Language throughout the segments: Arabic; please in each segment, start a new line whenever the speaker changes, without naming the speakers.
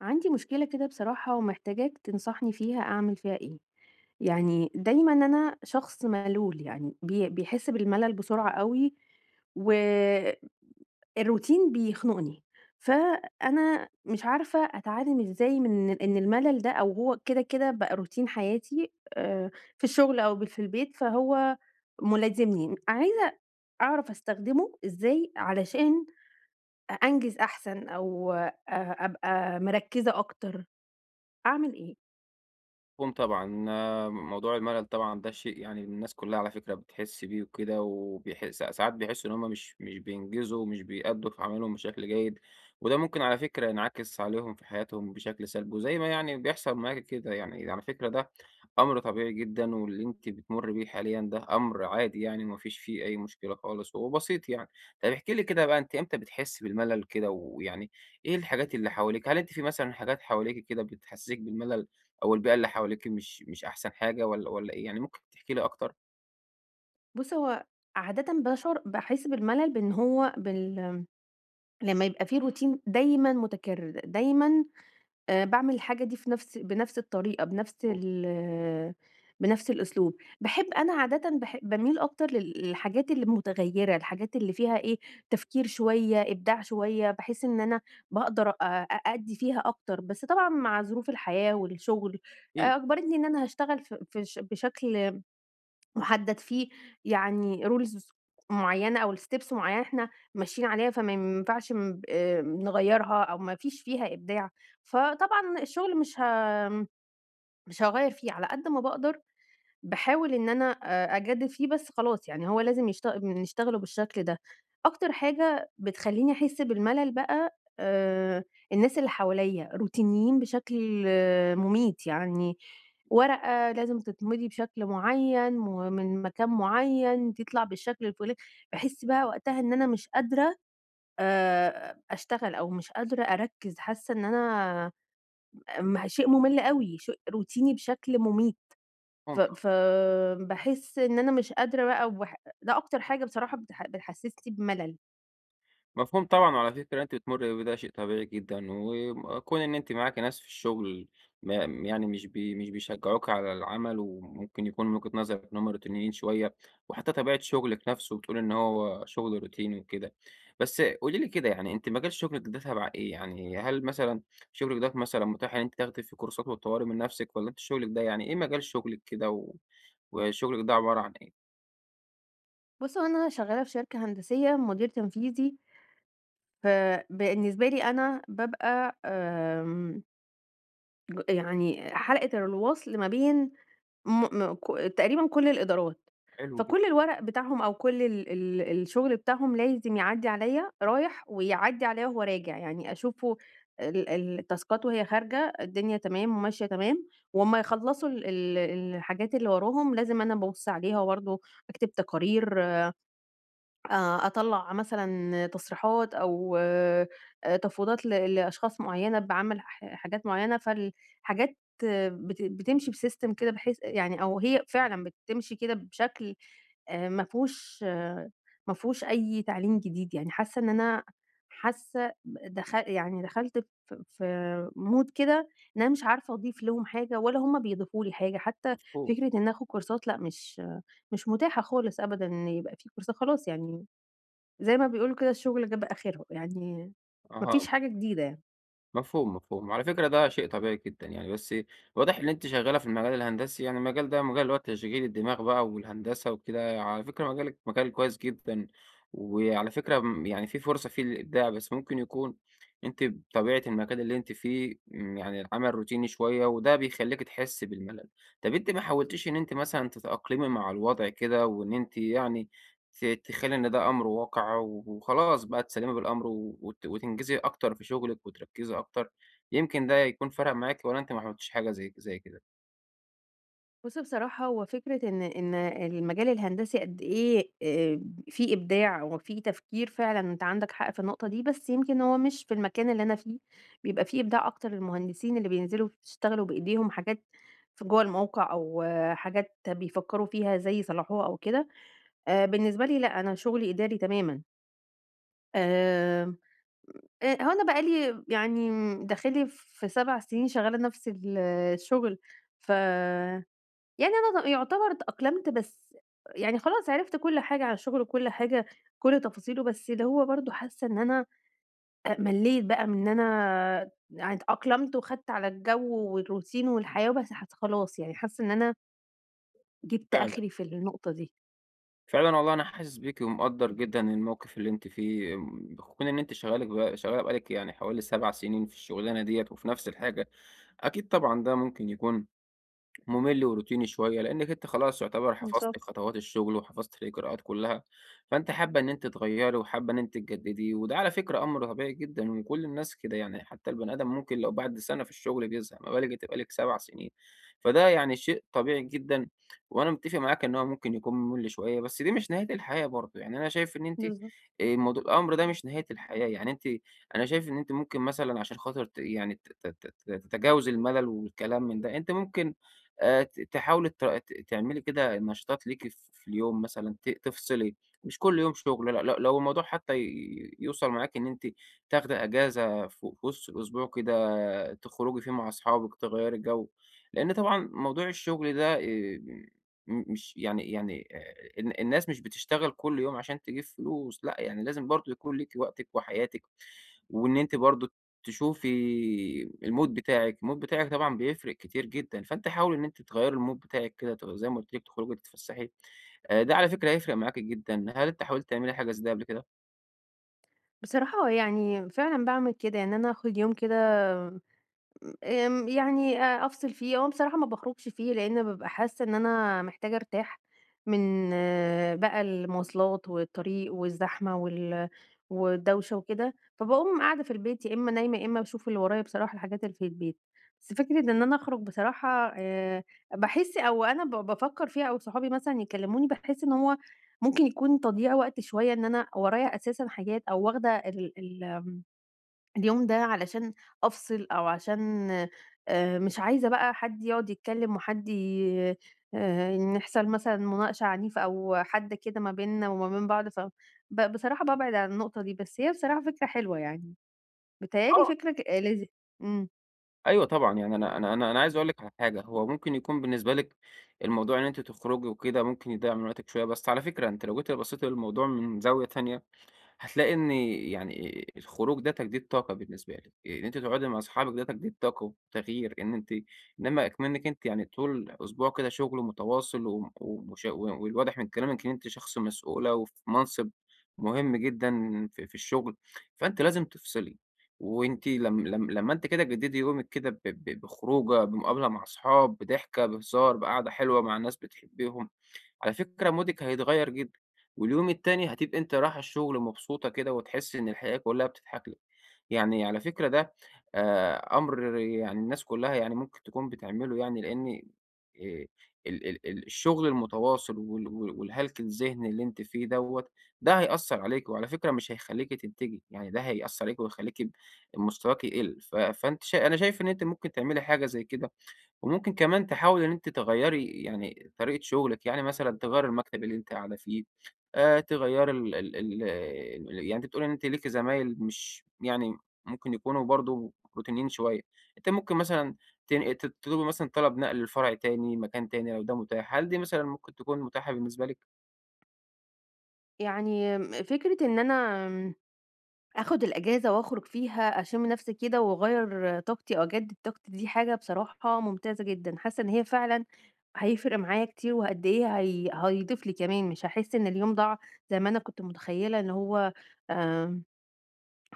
عندي مشكلة كده بصراحة ومحتاجاك تنصحني فيها أعمل فيها إيه؟ يعني دايمًا أنا شخص ملول، يعني بيحس بالملل بسرعة أوي والروتين بيخنقني، فأنا مش عارفة أتعلم إزاي من إن الملل ده أو هو كده، كده بقى روتين حياتي في الشغل أو في البيت، فهو ملازمني. عايزة أعرف أستخدمه إزاي علشان أنجز أحسن أو أبقى مركزة أكتر. أعمل إيه؟
مفهوم طبعًا، موضوع الملل طبعًا ده شيء يعني الناس كلّها على فكرة بتحس بيه وكده، وبيح س ساعات بيحسّوا إن هُم مش بينجزوا ومش بيأدّوا في عملهم بشكل جيد، وده ممكن على فكرة ينعكس عليهم في حياتهم بشكل سلبي، وزي ما يعني بيحصل معاكِ كده يعني، على فكرة ده أمر طبيعي جدًا، واللي أنتِ بتمُرّي بيه حاليًا ده أمر عادي يعني، وما فيش فيه أي مشكلة خالص وبسيط يعني. طَب احكي لي كده بقى، أنتِ إمتى بتحسّي بالملل كده؟ ويعني إيه الحاجات اللي حواليكِ؟ هل أنتِ في مثلًا حاجات حواليكِ كده بتحسّسِك بالملل؟ أو البيئة اللي حواليكِ مش أحسن حاجة، والّا إيه؟ يعني ممكن تحكي لي أكتر؟
بُص، هو عادةً باحس بالملل بإن هو بال لمّا يبقى في روتين دايمًا متكرر، دايمًا باعمل الحاجة دي في نفس بنفس الطريقة، بنفس الأسلوب. باحب أنا عادةً باح باميل أكتر للحاجات اللي متغيّرة، الحاجات اللي فيها إيه، تفكير شوية، إبداع شوية، باحس إن أنا باقدر أ أأدّي فيها أكتر، بس طبعًا مع ظروف الحياة والشغل،
إيه؟
أجبرتني إن أنا هاشتغل ف في ش بشكل مُحدد فيه يعني rules معيّنة أو steps معيّنة إحنا ماشيين عليها، فما ينفعش م نغيّرها أو ما فيش فيها إبداع، فطبعًا الشغل مش هاغيّر فيه، على قد ما باقدر باحاول إن أنا أجدد فيه بس خلاص يعني هو لازم نشتغله بالشكل ده. أكتر حاجة بتخلّيني أحس بالملل بقى الناس اللي حواليّا، روتينيين بشكل آه، مميت، يعني ورقة لازم تتمضي بشكل معيّن ومن مكان معيّن تطلع بالشكل الفُلا. باحس بقى وقتها إن أنا مش قادرة أشتغل أو مش قادرة أركّز، حاسة إن أنا شيء مُمِل أوي، شيء روتيني بشكل مميت. فباحس إن أنا مش قادرة بقى. ده أكتر حاجة بصراحة بتحسسني بملل.
مفهوم طبعًا، وعلى فكرة أنتِ بتمُرّي بده شيء طبيعي جدًا، وكون إن أنتِ معاكِ ناس في الشغل ما يعني مش بيشجّعوكِ على العمل، وممكن يكون من وجهة نظرِك إن هُم روتينيين شوية، وحتى طبيعة شغلِك نفسه بتقولي إن هو شغل روتيني وكده. بس قولي لي كده، يعني أنتِ مجال شغلِك ده تبع إيه؟ يعني هل مثلًا شغلِك ده مثلًا متاح إن أنتِ تاخدي فيه كورسات وتطوّري من نفسِك، والّا أنتِ شغلِك ده يعني إيه مجال شغلِك كده وشغلِك ده عبارة عن إيه؟
بُص، هو أنا شغّالة في شركة هندسية مدير تنفيذي، فبالنسبة لي أنا بابقى يعني حلقة الوصل ما بين م م ك تقريبًا كل الإدارات،
حلو جدًا،
فكل الورق بتاعهم أو كل ال ال الشغل بتاعهم لازم يعدّي عليَّ رايح ويعدّي عليَّ وهو راجع، يعني أشوفه التاسكات وهي خارجة الدنيا تمام وماشية تمام، وأمّا يخلّصوا ال ال الحاجات اللي وراهم لازم أنا بابُص عليها وبرضه أكتب تقارير أطلّع مثلًا تصريحات أو تفويضات لأشخاص معيّنة باعمّل حاجات معيّنة، فالحاجات آه، بتمشي بsystem كده بحيث يعني أو هي فعلًا بتمشي كده بشكل ما فيهوش آه، ما فيهوش أي تعليم جديد، يعني حاسة إن أنا حاسة دخ يعني دخلت في mood كده إن أنا مش عارفة أضيف لهم حاجة ولا هم بيضيفوا لي حاجة، حتى
مفهوم.
فكرة إن آخُد كورسات لأ، مش متاحة خالص أبدًا إن يبقى في كورسات، خلاص يعني زي ما بيقولوا كده الشغل جاب آخره، يعني ما فيش
أها.
حاجة جديدة يعني.
مفهوم، مفهوم. وعلى فكرة ده شيء طبيعي جدًا يعني، بس واضح إن أنتِ شغّالة في المجال الهندسي، يعني المجال ده مجال اللي هو تشغيل الدماغ بقى والهندسة وكده. على فكرة مجالِك مجال كويس جدًا، وعلى فكرة يعني في فرصة فيه للإبداع، بس ممكن يكون أنتِ بطبيعة المكان اللي أنتِ فيه يعني العمل روتيني شوية وده بيخلّيكِ تحسّي بالملل. طَب أنتِ ما حاولتيش إن أنتِ مثلًا تتأقلمي مع الوضع كده، وإن أنتِ يعني تخيلي إن ده أمر واقع وخلاص بقى تسلمي بالأمر، وتنجزي أكتر في شغلِك وتركّزي أكتر؟ يمكن ده يكون فرق معاكِ، والّا أنتِ ما عملتيش حاجة زي كده؟
بُص بصراحة هو فكرة إن المجال الهندسي قد إيه فيه إبداع وفيه تفكير فعلًا أنت عندك حق في النقطة دي، بس يمكن هو مش في المكان اللي أنا فيه، بيبقى فيه إبداع أكتر للمهندسين اللي بينزلوا يشتغلوا بإيديهم حاجات في جوّه الموقع أو آه، حاجات بيفكّروا فيها إزاي يصلّحوها أو كده، بالنسبة لي لأ، أنا شغلي إداري تمامًا. آمم هو أنا بقى لي يعني داخلي في 7 سنين شغّالة نفس الشغل، ف يعني أنا يعتبر اتأقلمت بس يعني خلاص عرفت كل حاجة عن الشغل وكل حاجة، كل تفاصيله، بس اللي هو برضه حاسة إن أنا ملّيت بقى من إن أنا يعني اتأقلمت وخدت على الجو والروتين والحياة وبس حس خلاص يعني حاسة إن أنا جِبت
فعلًا،
آخري في النقطة دي.
فعلًا والله أنا حاسس بيكِ ومقدّر جدًا الموقف اللي أنتِ فيه. بكون إن أنتِ شغالة بقى لِك يعني حوالي 7 سنين في الشغلانة ديّة وفي نفس الحاجة، أكيد طبعًا ده ممكن يكون ممل وروتيني شوية، لأنِّك أنتِ خلاص يُعتبر
بالضبط،
حفظتِ خطوات الشغل وحفظتِ الإجراءات كلّها، فأنتِ حابة إن أنتِ تغيّري، وحابة إن أنتِ تجدّدي، وده على فكرة أمر طبيعي جدًا وكل الناس كده، يعني حتى البني آدم ممكن لو بعد سَنة في الشغل بيزهق، ما بالِك أنتِ بقالِك 7 سنين. فده يعني شيء طبيعي جدًا، وأنا متّفق معاكِ إن هو ممكن يكون ممل شوية، بس دي مش نهاية الحياة برضه. يعني أنا شايف إن أنتِ،
بالضبط.
الموضو الأمر ده مش نهاية الحياة، يعني أنتِ، أنا شايف إن أنتِ ممكن مثلًا عشان خاطر ت يعني ت ت ت تتجاوزي الملل والكلام من ده. أنتِ ممكن ت تحاولي ت ت تعملي كده نشاطات ليكِ في اليوم، مثلًا تفصلي، مش كل يوم شغل، لأ. لو الموضوع حتى يوصل معاكِ إن أنتِ تاخدي أجازة في وسط الأسبوع كده، تخرجي فيه مع أصحابِك، تغيّري جو، لإن طبعًا موضوع الشغل ده م مش يعني يعني ال الناس مش بتشتغل كل يوم عشان تجيب فلوس، لأ. يعني لازم برضه يكون ليكِ وقتِك وحياتِك، وإن أنتِ برضه تشوفي الmood بتاعِك. الmood بتاعِك طبعًا بيفرق كتير جدًا، فأنتِ حاولي إن أنتِ تغيّري الmood بتاعِك كده زي ما قُلت لِك، تخرجي تتفسحي. ده على فكرة هيفرق معاكِ جدًا. هل أنتِ حاولتِ تعملي حاجة زي ده قبل كده؟
بصراحة يعني فعلًا باعمل كده، يعني أنا آخُد يوم كده يعني أفصل فيه، هو بصراحة ما باخرجش فيه لإن بابقى حاسة إن أنا محتاجة أرتاح من آه، بقى المواصلات والطريق والزحمة والدوشة وكده، فباقوم قاعدة في البيت يا إما نايمة يا إما باشوف اللي ورايا بصراحة الحاجات اللي في البيت، بس فكرة إن أنا أخرج بصراحة باحس أو أنا بافكر فيها أو صحابي مثلًا يكلموني باحس إن هو ممكن يكون تضييع وقت شوية إن أنا ورايا أساسًا حاجات أو واخدة ال ال اليوم ده علشان أفصل أو عشان مش عايزة بقى حد يقعد يتكلّم وحد ي نحصل مثلًا مناقشة عنيفة أو حَدّ كده ما بيننا وما بين بعض، ف ب بصراحة بابعد عن النقطة دي، بس هي بصراحة فكرة حلوة يعني، بيتهيأ لي فكرة ك لذي إمم.
أيوه طبعًا، يعني أنا عايز أقول لِك على حاجة. هو ممكن يكون بالنسبة لِك الموضوع إن أنتِ تخرجي وكده ممكن يضيّع من وقتِك شوية، بس على فكرة أنتِ لو جيتِ بصيتِ للموضوع من زاوية تانية، هتلاقي إن يعني الخروج ده تجديد طاقة بالنسبة لِك. إن أنتِ تقعدي مع أصحابِك ده تجديد طاقة وتغيير، إن أنتِ إنما إكمنِك أنتِ، يعني طول أسبوع كده شغل متواصل وم ومش والواضح من كلامِك إن أنتِ شخص مسؤولة، وفي منصب مهم جدًا في الشغل. فأنتِ لازم تفصلي، وأنتِ لم لم لمّا أنتِ كده تجددي يومِك كده ب ب بخروجة، بمقابلة مع أصحاب، بضحكة، بهزار، بقعدة حلوة مع ناس بتحبيهم. على فكرة مودك هيتغيّر جدًا، واليوم التاني هتبقى أنتِ رايحة الشغل مبسوطة كده، وتحسّي إن الحياة كلّها بتضحك لِك. يعني على فكرة ده أمر يعني الناس كلّها يعني ممكن تكون بتعمله، يعني لإن آآ ال ال ال الشغل المتواصل والهلك الذهني اللي أنتِ فيه دوّة، ده هيأثّر عليكِ، وعلى فكرة مش هيخلّيكِ تنتجي. يعني ده هيأثّر عليكِ ويخلّيكِ مستواكِ يقِل، ف فأنتِ شا أنا شايف إن أنتِ ممكن تعملي حاجة زي كده. وممكن كمان تحاولي إن أنتِ تغيّري يعني طريقة شغلِك، يعني مثلًا تغيّري المكتب اللي أنتِ قاعدة فيه، تغيّري ال ال ال ال- يعني أنتِ بتقولي إن أنتِ ليكِ زمايل مش يعني ممكن يكونوا برضه روتينيين شوية. أنتِ ممكن مثلًا تن ت تطلبي مثلًا طلب نقل لفرع تاني، مكان تاني لو ده متاح. هل دي مثلًا ممكن تكون متاحة بالنسبة لِك؟
يعني فكرة إن أنا آخُد الأجازة وأخرج فيها أشم نَفْسي كده وأغيّر طاقتي أو أجدد طاقتي، دي حاجة بصراحة ممتازة جدًا، حاسة إن هي فعلًا هيفرق معايا كتير وقد إيه هي هيضيف لي كمان، مش هاحس إن اليوم ضاع زي ما أنا كنت متخيّلة إن هو آمم،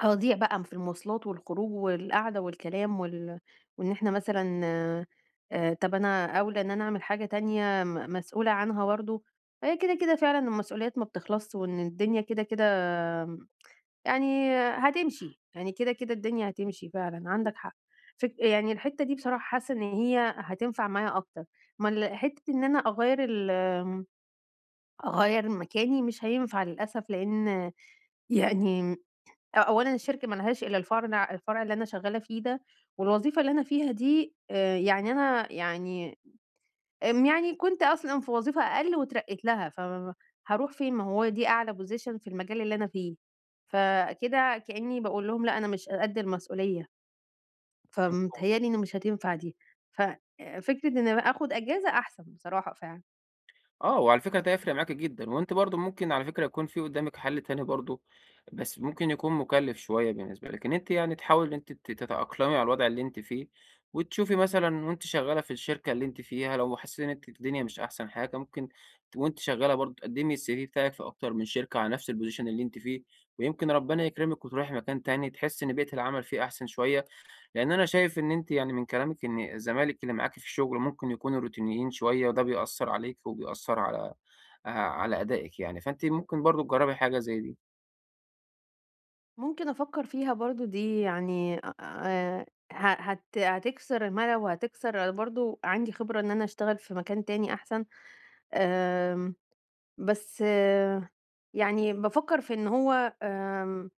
هيضيع بقى في المواصلات والخروج والقعدة والكلام وإن إحنا مثلًا طَب أنا أولى إن أنا أعمل حاجة تانية مسؤولة عنها برضه، هي كده، كده فعلًا المسؤوليات ما بتخلصش وإن الدنيا كده، كده يعني هتمشي، يعني كده، كده الدنيا هتمشي فعلًا، عندك حق. يعني الحتّة دي بصراحة حاسّة إن هي هتنفع معايا أكتر، ما ال حتّة إن أنا أغيّر ال آمم، أغيّر مكاني مش هينفع للأسف، لإن يعني أولًا الشركة ما لهاش إلا الفرع اللي أنا شغّالة فيه ده، والوظيفة اللي أنا فيها دي يعني أنا يعني آمم، يعني كنت أصلًا في وظيفة أقل واترقيت لها، فهاروح فين؟ ما هو دي أعلى position في المجال اللي أنا فيه، فكده كإني باقول لهم لأ أنا مش قد المسؤولية، فمتهيأ لي إن مش هتنفع دي، ف فكرة إن أنا آخد أجازة أحسن بصراحة فعلًا.
آه، وعلى فكرة ده هيفرق معاكِ جدًا. وأنتِ برضه ممكن، على فكرة، يكون في قدّامِك حل تاني برضه، بس ممكن يكون مُكلِّف شوية بالنسبة لِك، إن أنتِ يعني تحاولي إن أنتِ تتأقلمي على الوضع اللي أنتِ فيه، وتشوفي مثلًا وأنتِ شغّالة في الشركة اللي أنتِ فيها، لو حسيتِ إن أنتِ الدنيا مش أحسن حاجة، ممكن وأنتِ شغّالة برضه تقدّمي الCV بتاعِك في أكتر من شركة على نفس الposition اللي أنتِ فيه، ويمكن ربنا يكرمِك وتروحي مكان تاني تحسّي إن بيئة العمل فيه أحسن شوية. لأن أنا شايف إن أنتِ يعني من كلامِك إن زمايلِك اللي معاكِ في الشغل ممكن يكونوا روتينيين شوية، وده بيأثّر عليكِ وبيأثّر على أدائِك يعني، فأنتِ ممكن برضه تجرّبي حاجة زي دي.
ممكن أفكر فيها برضه دي يعني أ ه هت هتكسر الملل وهتكسر أنا برضه عندي خبرة إن أنا أشتغل في مكان تاني أحسن، آمم، بس آه، يعني بافكر في إن هو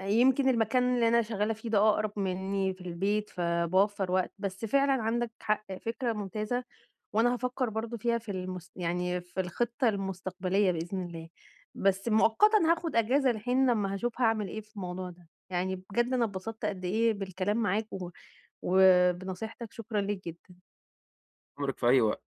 يمكن المكان اللي أنا شغّالة فيه ده أقرب منّي في البيت، فباوفّر وقت، بس فعلًا عندك حق، فكرة ممتازة، وأنا هافكّر برضه فيها في المس يعني في الخطة المستقبلية بإذن الله، بس مؤقتًا هاخد أجازة لحين لمّا هاشوف هاعمل إيه في الموضوع ده، يعني بجد أنا اتبسطت قد إيه بالكلام معاك وبنصيحتك، شكرًا ليك جدًا.
عمرِك في أي وقت.